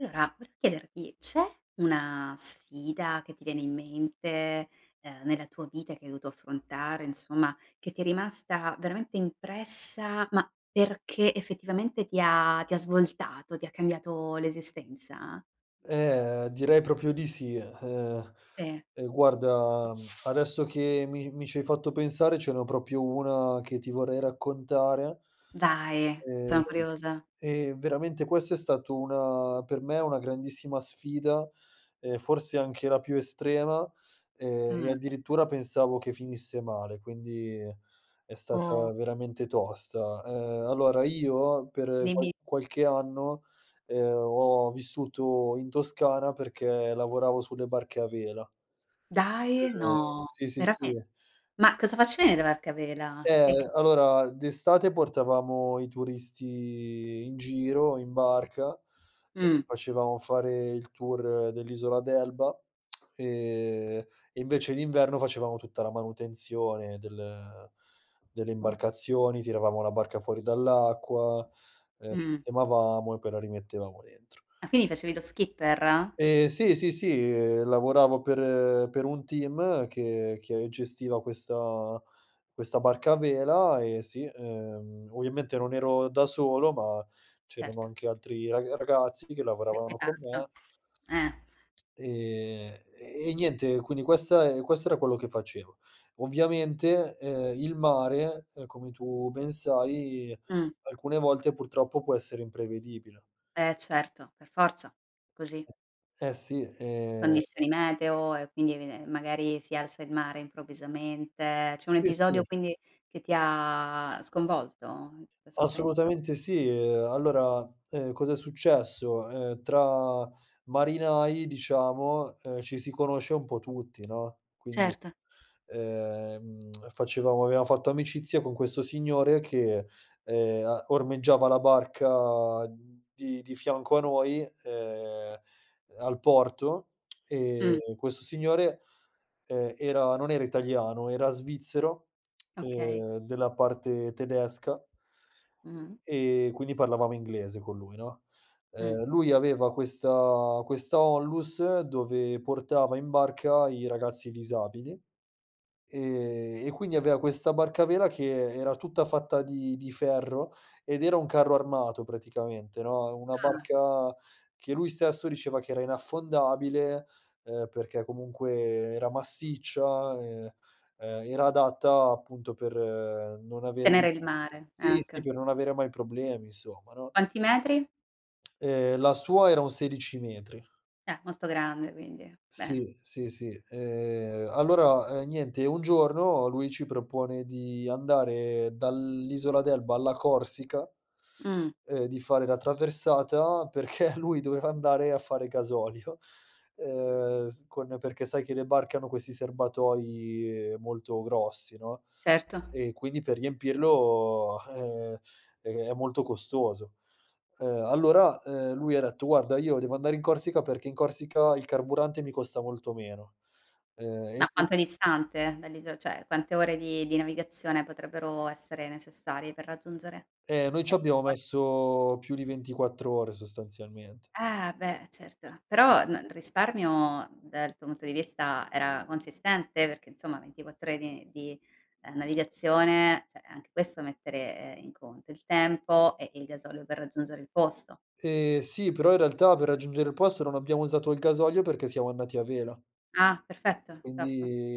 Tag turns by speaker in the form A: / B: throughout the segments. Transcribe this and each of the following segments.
A: Allora, volevo chiederti, c'è una sfida che ti viene in mente, nella tua vita che hai dovuto affrontare, insomma, che ti è rimasta veramente impressa, ma perché effettivamente ti ha svoltato, ti ha cambiato l'esistenza?
B: Direi proprio di sì. Ehm,
A: Sì.
B: ehm, guarda, adesso che mi ci hai fatto pensare, ce n'ho proprio una che ti vorrei raccontare.
A: Dai,
B: Ehm,
A: sono curiosa.
B: e veramente questa è stato una per me una grandissima sfida, forse anche la più estrema, e
A: Mh.
B: addirittura pensavo che finisse male, quindi è stata
A: Oh,
B: veramente tosta. Allora, io per
A: dimmi
B: qualche anno, ho vissuto in Toscana perché lavoravo sulle barche a vela.
A: dai?
B: Ehm,
A: No,
B: sì, sì, sì.
A: veramen ma cosa facevi nella barca a vela?
B: Eh,
A: Che
B: allora d'estate portavamo i turisti in giro in barca, e
A: mh,
B: facevamo fare il tour dell'isola d'Elba, ehm, e invece d'inverno facevamo tutta la manutenzione delle imbarcazioni, tiravamo la barca fuori dall'acqua,
A: mh.
B: sistemavamo e poi la rimettevamo dentro.
A: Ah, quindi facevi lo skipper?
B: Sì, sì, sì. Lavoravo per un team che gestiva questa barca a vela, e sì, ovviamente non ero da solo, ma c'erano
A: Certo.
B: anche altri ragazzi che lavoravano con
A: L'equipaggio.
B: me,
A: Eh,
B: ehm, e niente, quindi questa è questo era quello che facevo. Ovviamente, il mare, come tu ben sai,
A: mh.
B: alcune volte purtroppo può essere imprevedibile.
A: Certo, per forza, così.
B: Eh sì,
A: Condizioni meteo e quindi evide magari si alza il mare improvvisamente. C'è un
B: sì, sì.
A: episodio quindi che ti ha sconvolto in questo senso?
B: Assolutamente sì. Allora, cos'è successo? Tra marinai, diciamo, ci si conosce un po' tutti, no, quindi
A: Certo.
B: facevamo avevamo fatto amicizia con questo signore che, a ormeggiava la barca di fianco a noi, al porto. E
A: Mh,
B: questo signore, era non era italiano, era svizzero,
A: okay.
B: della parte tedesca,
A: Mh-mh,
B: e quindi parlavamo inglese con lui, no.
A: mh.
B: Lui aveva questa onlus dove portava in barca i ragazzi disabili. E quindi aveva questa barcavela che era tutta fatta di ferro, ed era un carro armato praticamente, no, una
A: Ah,
B: barca che lui stesso diceva che era inaffondabile, perché comunque era massiccia, era adatta appunto per non avere
A: tenere il mare,
B: sì, sì,
A: ecco.
B: per non avere mai problemi insomma, no.
A: Quanti metri?
B: La sua era un 16 metri.
A: Molto grande quindi, bene.
B: Sì, sì, sì. Allora, niente, un giorno lui ci propone di andare dall'isola d'Elba alla Corsica,
A: Mh,
B: di fare la traversata perché lui doveva andare a fare gasolio, s con perché sai che le barche hanno questi serbatoi molto grossi, no?
A: certo.
B: E quindi per riempirlo, è molto costoso. Allora, lui ha detto: "Guarda, io devo andare in Corsica perché in Corsica il carburante mi costa molto meno". E
A: Ma
B: qui
A: quanto è distante dall'isola? Cioè, quante ore di navigazione potrebbero essere necessarie per raggiungere?
B: noi ci
A: Eh,
B: abbiamo
A: forse
B: messo più di 24 ore sostanzialmente.
A: beh, certo. Però n il risparmio dal tuo punto di vista era consistente? Perché insomma 24 ore di navigazione, cioè anche questo mettere, in conto il tempo e il gasolio per raggiungere il posto.
B: Sì, però in realtà per raggiungere il posto non abbiamo usato il gasolio perché siamo andati a vela,
A: Ah, perfetto,
B: quindi,
A: top.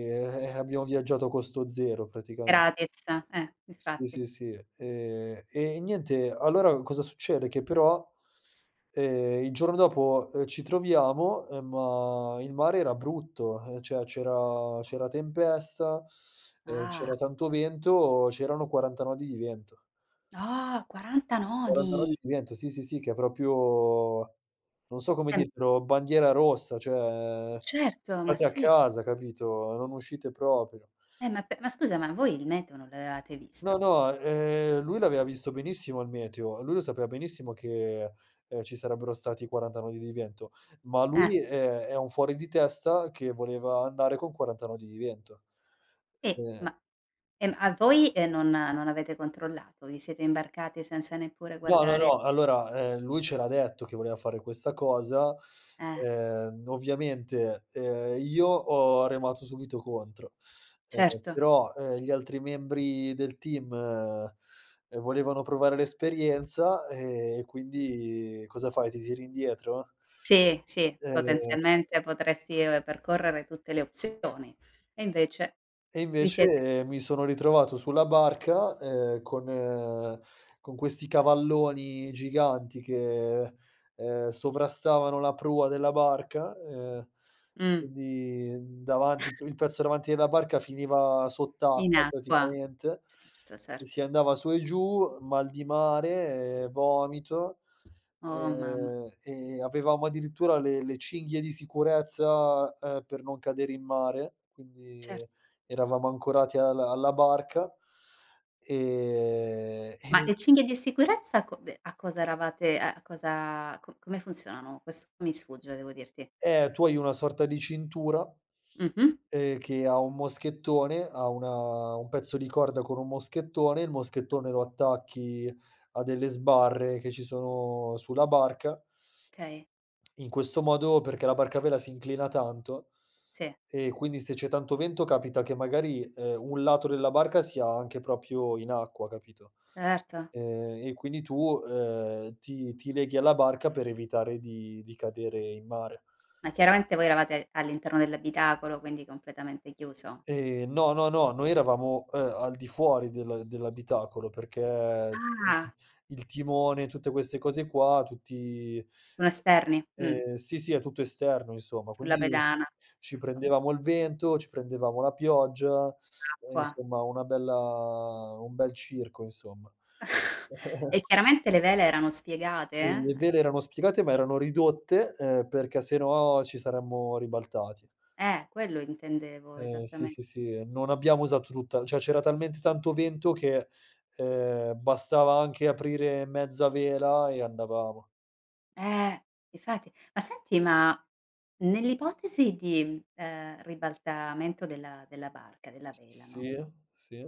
B: abbiamo viaggiato a costo zero praticamen.
A: Gratis,
B: Sì,
A: infatti.
B: sì, sì. E niente, allora cosa succede? Che però, il giorno dopo, ci troviamo, ma il mare era brutto, cioè c'era tempesta,
A: Ah,
B: c'era tanto vento, c'erano 40 nodi di vento.
A: ah, 40 nodi!
B: 40 nodi di vento, sì, sì, sì, che è proprio, non so come
A: Eh,
B: dirtelo, bandiera rossa, cioè
A: certo, ma
B: state a
A: sì.
B: casa, capito, non uscite proprio.
A: Eh, ma scusa, ma voi il meteo non l'avevate
B: No,
A: visto?
B: no, lui l'aveva visto benissimo il meteo, lui lo sapeva benissimo che, ci sarebbero stati 40 nodi di vento, ma
A: Eh,
B: lui è un fuori di testa che voleva andare con 40 nodi di vento.
A: e
B: Ehm
A: ma e ma a voi, non avete controllato? Vi siete imbarcati senza neppure
B: No, no,
A: guardare,
B: no, allora, lui c'era detto che voleva fare questa cosa,
A: eh,
B: ovviamente, io ho remato subito contro, ehm,
A: certo.
B: però, gli altri membri del team, volevano provare l'esperienza, e quindi cosa fai, ti tiri indietro?
A: Sì, sì,
B: Ehm
A: potenzialmente potresti, percorrere tutte le opzioni e invece
B: E
A: vi siete
B: invece, mi sono ritrovato sulla barca, con questi cavalloni giganti che, sovrastavano la prua della barca,
A: mh,
B: quindi davanti il pezzo davanti della barca finiva
A: in
B: sott'acqua
A: acqua.
B: praticamente,
A: Certo, certo.
B: si andava su e giù, mal di mare, vomito,
A: Oh mamma,
B: e avevamo addirittura le cinghie di sicurezza, per non cadere in mare, quindi
A: certo.
B: eravamo ancorati al alla barca. ehm,
A: Ma le cinghie di sicurezza co de a cosa eravate a cosa co come funzionano? Questo mi sfugge, devo dirti.
B: Tu hai una sorta di cintura,
A: Mh-mh.
B: che ha un moschettone, ha una un pezzo di corda con un moschettone, il moschettone lo attacchi a delle sbarre che ci sono sulla barca.
A: Okay.
B: In questo modo, perché la barca a vela si inclina tanto.
A: Sì,
B: E quindi se c'è tanto vento capita che magari, un lato della barca sia anche proprio in acqua, capito?
A: certo.
B: E quindi tu, ti leghi alla barca per evitare di cadere in mare.
A: Ma chiaramente voi eravate all'interno dell'abitacolo, quindi completamente chiuso.
B: No, no, no, noi eravamo, al di fuori dell'abitacolo perché,
A: Ah,
B: il timone, tutte queste cose qua, tutti.
A: sono esterni?
B: Sì, sì, è tutto esterno insomma,
A: Sulla
B: quindi
A: pedana.
B: ci
A: O
B: prendevamo il vento, ci prendevamo la pioggia,
A: Acqua.
B: insomma una bella un bel circo insomma.
A: E chiaramente le vele erano spiegate?
B: Mhmm, le
A: Eh,
B: vele erano spiegate ma erano ridotte, perché se no ci saremmo ribaltati.
A: Quello intendevo
B: Sì,
A: esattamen
B: sì, sì, non abbiamo usato tutta, cioè c'era talmente tanto vento che, bastava anche aprire mezza vela e andavamo.
A: eh, infatti. Ma senti, ma nell'ipotesi di, ribaltamento della barca, della vela,
B: Sì,
A: no,
B: sì,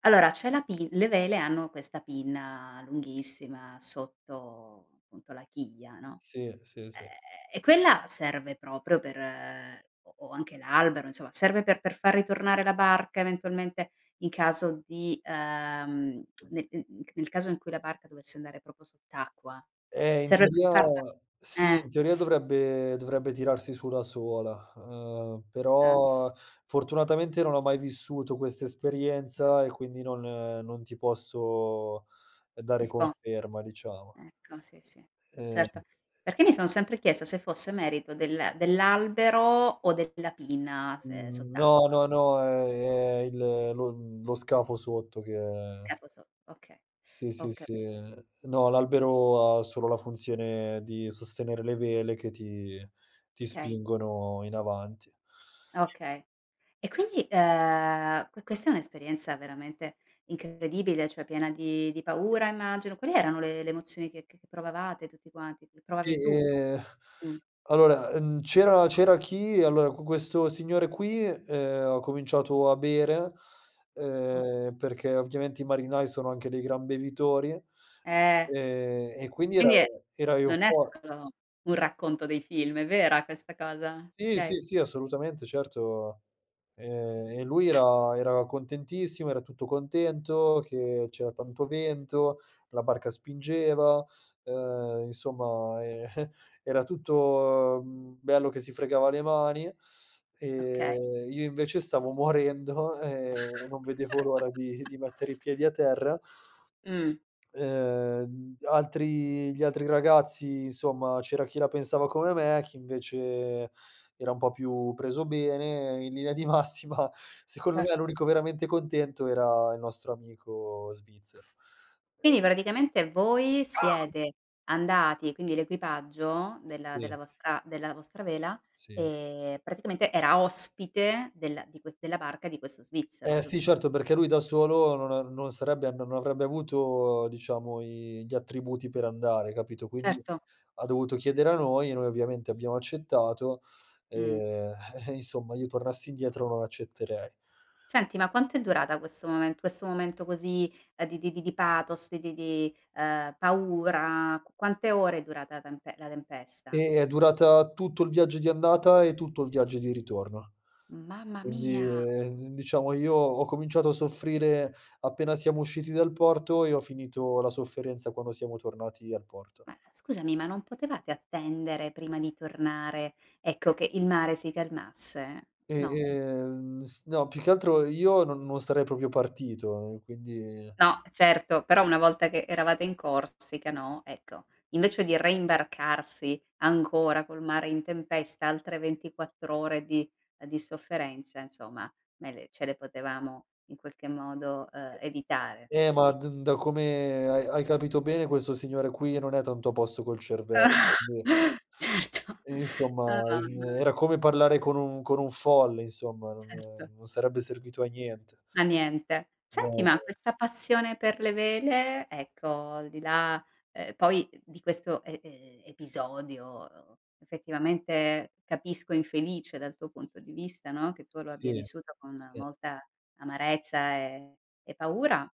A: allora c'è la pin le vele hanno questa pinna lunghissima sotto appunto la chiglia, no?
B: sì, sì,
A: Ehm,
B: sì.
A: e quella serve proprio per o anche l'albero, insomma, serve per far ritornare la barca eventualmente in caso di nel n n nel caso in cui la barca dovesse andare proprio sott'acqua.
B: In
A: Serve per
B: teoria
A: farla,
B: sì, in
A: eh,
B: teoria dovrebbe tirarsi su da sola,
A: esatto,
B: però fortunatamente non ho mai vissuto questa esperienza, e quindi non ti posso dare
A: rispon
B: conferma, diciamo.
A: ecco, sì, sì,
B: Ehm,
A: certo. Perché mi son sempre chiesta se fosse merito dell'albero o della pinna se
B: mhmm, no,
A: sott'acqua,
B: no, no, è lo scafo sotto che
A: scapolo so okay,
B: sì, sì,
A: ho
B: sì.
A: capito.
B: No, l'albero ha solo la funzione di sostenere le vele che ti
A: Okay,
B: spingono in avanti.
A: okay. E quindi, questa è un'esperienza veramente incredibile, cioè piena di paura immagino. Quali erano le emozioni che provavate tutti quanti, che
B: E,
A: provavi tu?
B: ehm,
A: Mh.
B: allora, c'era chi, allora, con questo signore qui, ho cominciato a bere,
A: O
B: perché ovviamente i marinai sono anche dei gran bevitori,
A: eh,
B: e quindi era
A: quindi è
B: era
A: non è
B: eufo
A: solo un racconto dei film, è vera questa cosa?
B: sì,
A: Okay.
B: sì, sì, assolutamente, certo. E lui era contentissimo, era tutto contento che c'era tanto vento, la barca spingeva, insomma, era tutto, bello, che si fregava le mani.
A: Okay.
B: Io invece stavo morendo, e non vedevo l'ora di mettere i piedi a terra.
A: Mh.
B: Altri Gli altri ragazzi, insomma, c'era chi la pensava come me, chi invece era un po' più preso bene. In linea di massima, secondo me
A: Certo.
B: l'unico veramente contento era il nostro amico svizzero.
A: Quindi praticamente voi siete andati, quindi l'equipaggio della
B: Sì,
A: della vostra della vostra vela,
B: sì.
A: praticamente era ospite della barca di questo svizzero,
B: Eh sì,
A: giusto?
B: certo, perché lui da solo non a non sarebbe non avrebbe avuto, diciamo, i gli attributi per andare, capito, quindi. Mh.
A: Certo.
B: Ha dovuto chiedere a noi, e noi ovviamente abbiamo accettato,
A: Mh.
B: ehm, eh, insomma io, tornassi indietro, non accetterei.
A: Senti, ma quanto è durata questo momento così, di pathos, di paura? Qu quante ore è durata la tempesta?
B: È durata tutto il viaggio di andata e tutto il viaggio di ritorno.
A: Mamma
B: Quindi,
A: mia!
B: diciamo io ho cominciato a soffrire appena siamo usciti dal porto, e ho finito la sofferenza quando siamo tornati al porto.
A: Ma scusami, ma non potevate attendere prima di tornare, ecco, che il mare si calmasse?
B: E,
A: No.
B: s No, più che altro io non sarei proprio partito, quindi.
A: No, certo, però una volta che eravate in Corsica, no, ecco, invece di reimbarcarsi ancora col mare in tempesta, altre 24 ore di sofferenza, insomma, me le ce le potevamo in qualche modo, evitare, per
B: Ma
A: di
B: d da come hai capito bene, questo signore qui non è tanto a posto col cervello, quindi
A: certo. No,
B: insomma,
A: no, no,
B: era come parlare con un folle insomma,
A: certo.
B: non sarebbe servito a niente.
A: Ma niente. Senti,
B: No,
A: ma
B: no.
A: questa passione per le vele, ecco, al di là, poi di questo e episodio effettivamente capisco infelice dal tuo punto di vista, no, che tu lo abbia
B: Sì,
A: vissuto con
B: sì.
A: molta amarezza e paura,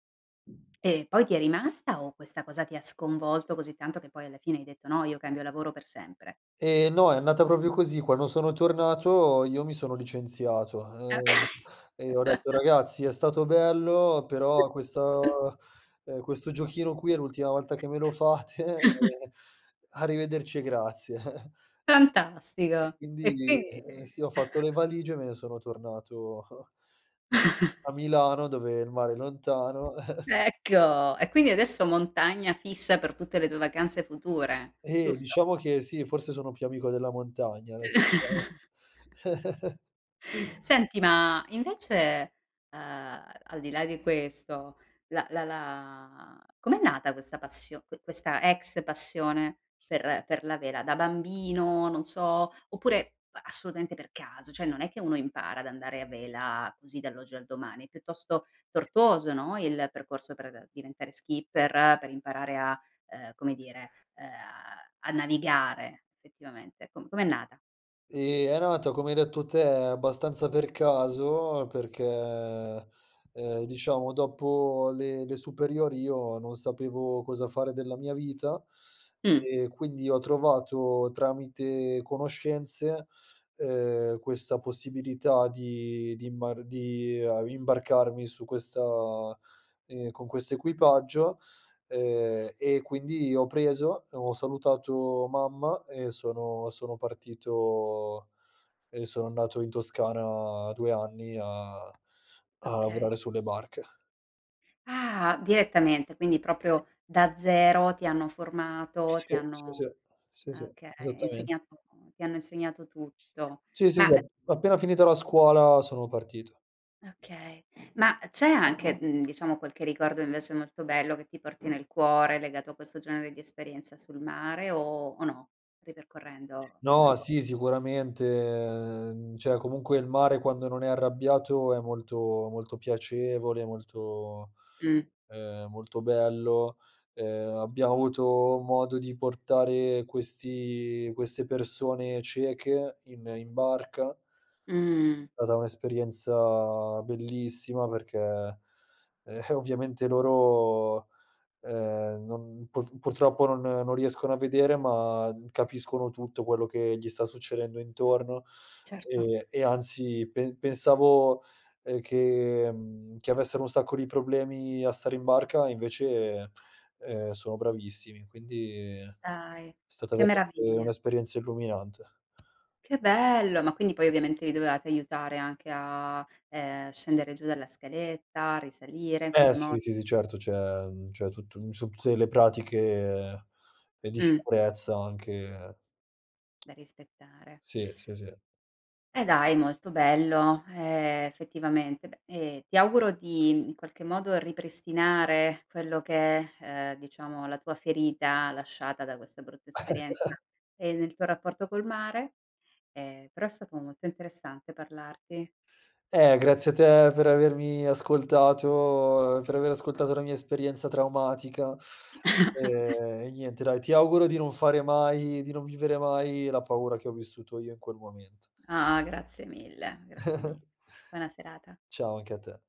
A: e poi ti è rimasta o questa cosa ti ha sconvolto così tanto che poi alla fine hai detto: "No, io cambio lavoro per sempre"?
B: No, è andata proprio così. Quando sono tornato io mi sono licenziato,
A: Okay.
B: ehm, e ho detto: "Ragazzi, è stato bello, però questa questo giochino qui è l'ultima volta che me lo fate, arrivederci e grazie".
A: Fantastico. E
B: Quindi,
A: quindi
B: sì, ho fatto le valigie e me ne sono tornato a Milano, dove il mare è lontano.
A: Ecco, e quindi adesso montagna fissa per tutte le tue vacanze future,
B: E
A: giusto?
B: diciamo che sì, forse sono più amico della montagna adesso. S
A: Senti, ma invece, ehm, al di là di questo, la com'è nata questa ex passione per la vela? Da bambino, non so, oppure assolutamente per caso? Cioè non è che uno impara ad andare a vela così dall'oggi al domani, è piuttosto tortuoso, no, il percorso per diventare skipper, per imparare a, come dire, a navigare effettivamente. Com'è nata?
B: È nato, come hai detto te, abbastanza per caso perché, diciamo, dopo le superiori io non sapevo cosa fare della mia vita,
A: Mh,
B: e quindi ho trovato tramite conoscenze, questa possibilità di imbarcarmi su questa con questo equipaggio. E quindi ho preso, ho salutato mamma e sono partito, e sono andato in Toscana 2 anni a
A: okay.
B: lavorare sulle barche.
A: Ah, direttamente, quindi proprio da zero ti hanno formato, ti
B: Sì, sì,
A: hanno
B: sì, sì, sì,
A: okay,
B: esattamente.
A: insegnato ti hanno insegnato tutto.
B: Sì, sì,
A: Ma
B: sì, appena finita la scuola sono partito.
A: okay, ma c'è anche, diciamo qualche ricordo invece molto bello che ti porti nel cuore legato a questo genere di esperienza sul mare o no? Ripercorrendo la
B: No,
A: tua,
B: sì, sicuramente, cioè comunque il mare quando non è arrabbiato è molto molto piacevole,
A: mh,
B: molto bello. Abbiamo avuto modo di portare questi queste persone cieche in barca.
A: mh,
B: È stata un'esperienza bellissima perché, ovviamente loro non pur purtroppo non riescono a vedere, ma capiscono tutto quello che gli sta succedendo intorno,
A: certo.
B: e anzi pe pensavo, che avessero un sacco di problemi a stare in barca, invece, sono bravissimi, quindi è
A: Dai,
B: stata
A: che
B: veramente
A: meraviglia.
B: un'esperienza illuminante.
A: Che bello! Ma quindi poi ovviamente li dovevate aiutare anche a, scendere giù dalla scaletta, risalire in
B: Eh
A: qualche mo
B: sì, sì, sì, certo, c'è tutto, su tutte le pratiche, di
A: mh,
B: sicurezza anche,
A: da rispettare.
B: sì, sì, sì.
A: Dai, molto bello, effettivamente. Beh, ti auguro di in qualche modo ripristinare quello che è, diciamo la tua ferita lasciata da questa brutta esperienza, nel tuo rapporto col mare, però è stato molto interessante parlarti.
B: Grazie a te per avermi ascoltato, per aver ascoltato la mia esperienza traumatica. E niente, dai, ti auguro di non vivere mai la paura che ho vissuto io in quel momento.
A: Ah, grazie mille, grazie mille. Buona serata.
B: Ciao anche a te.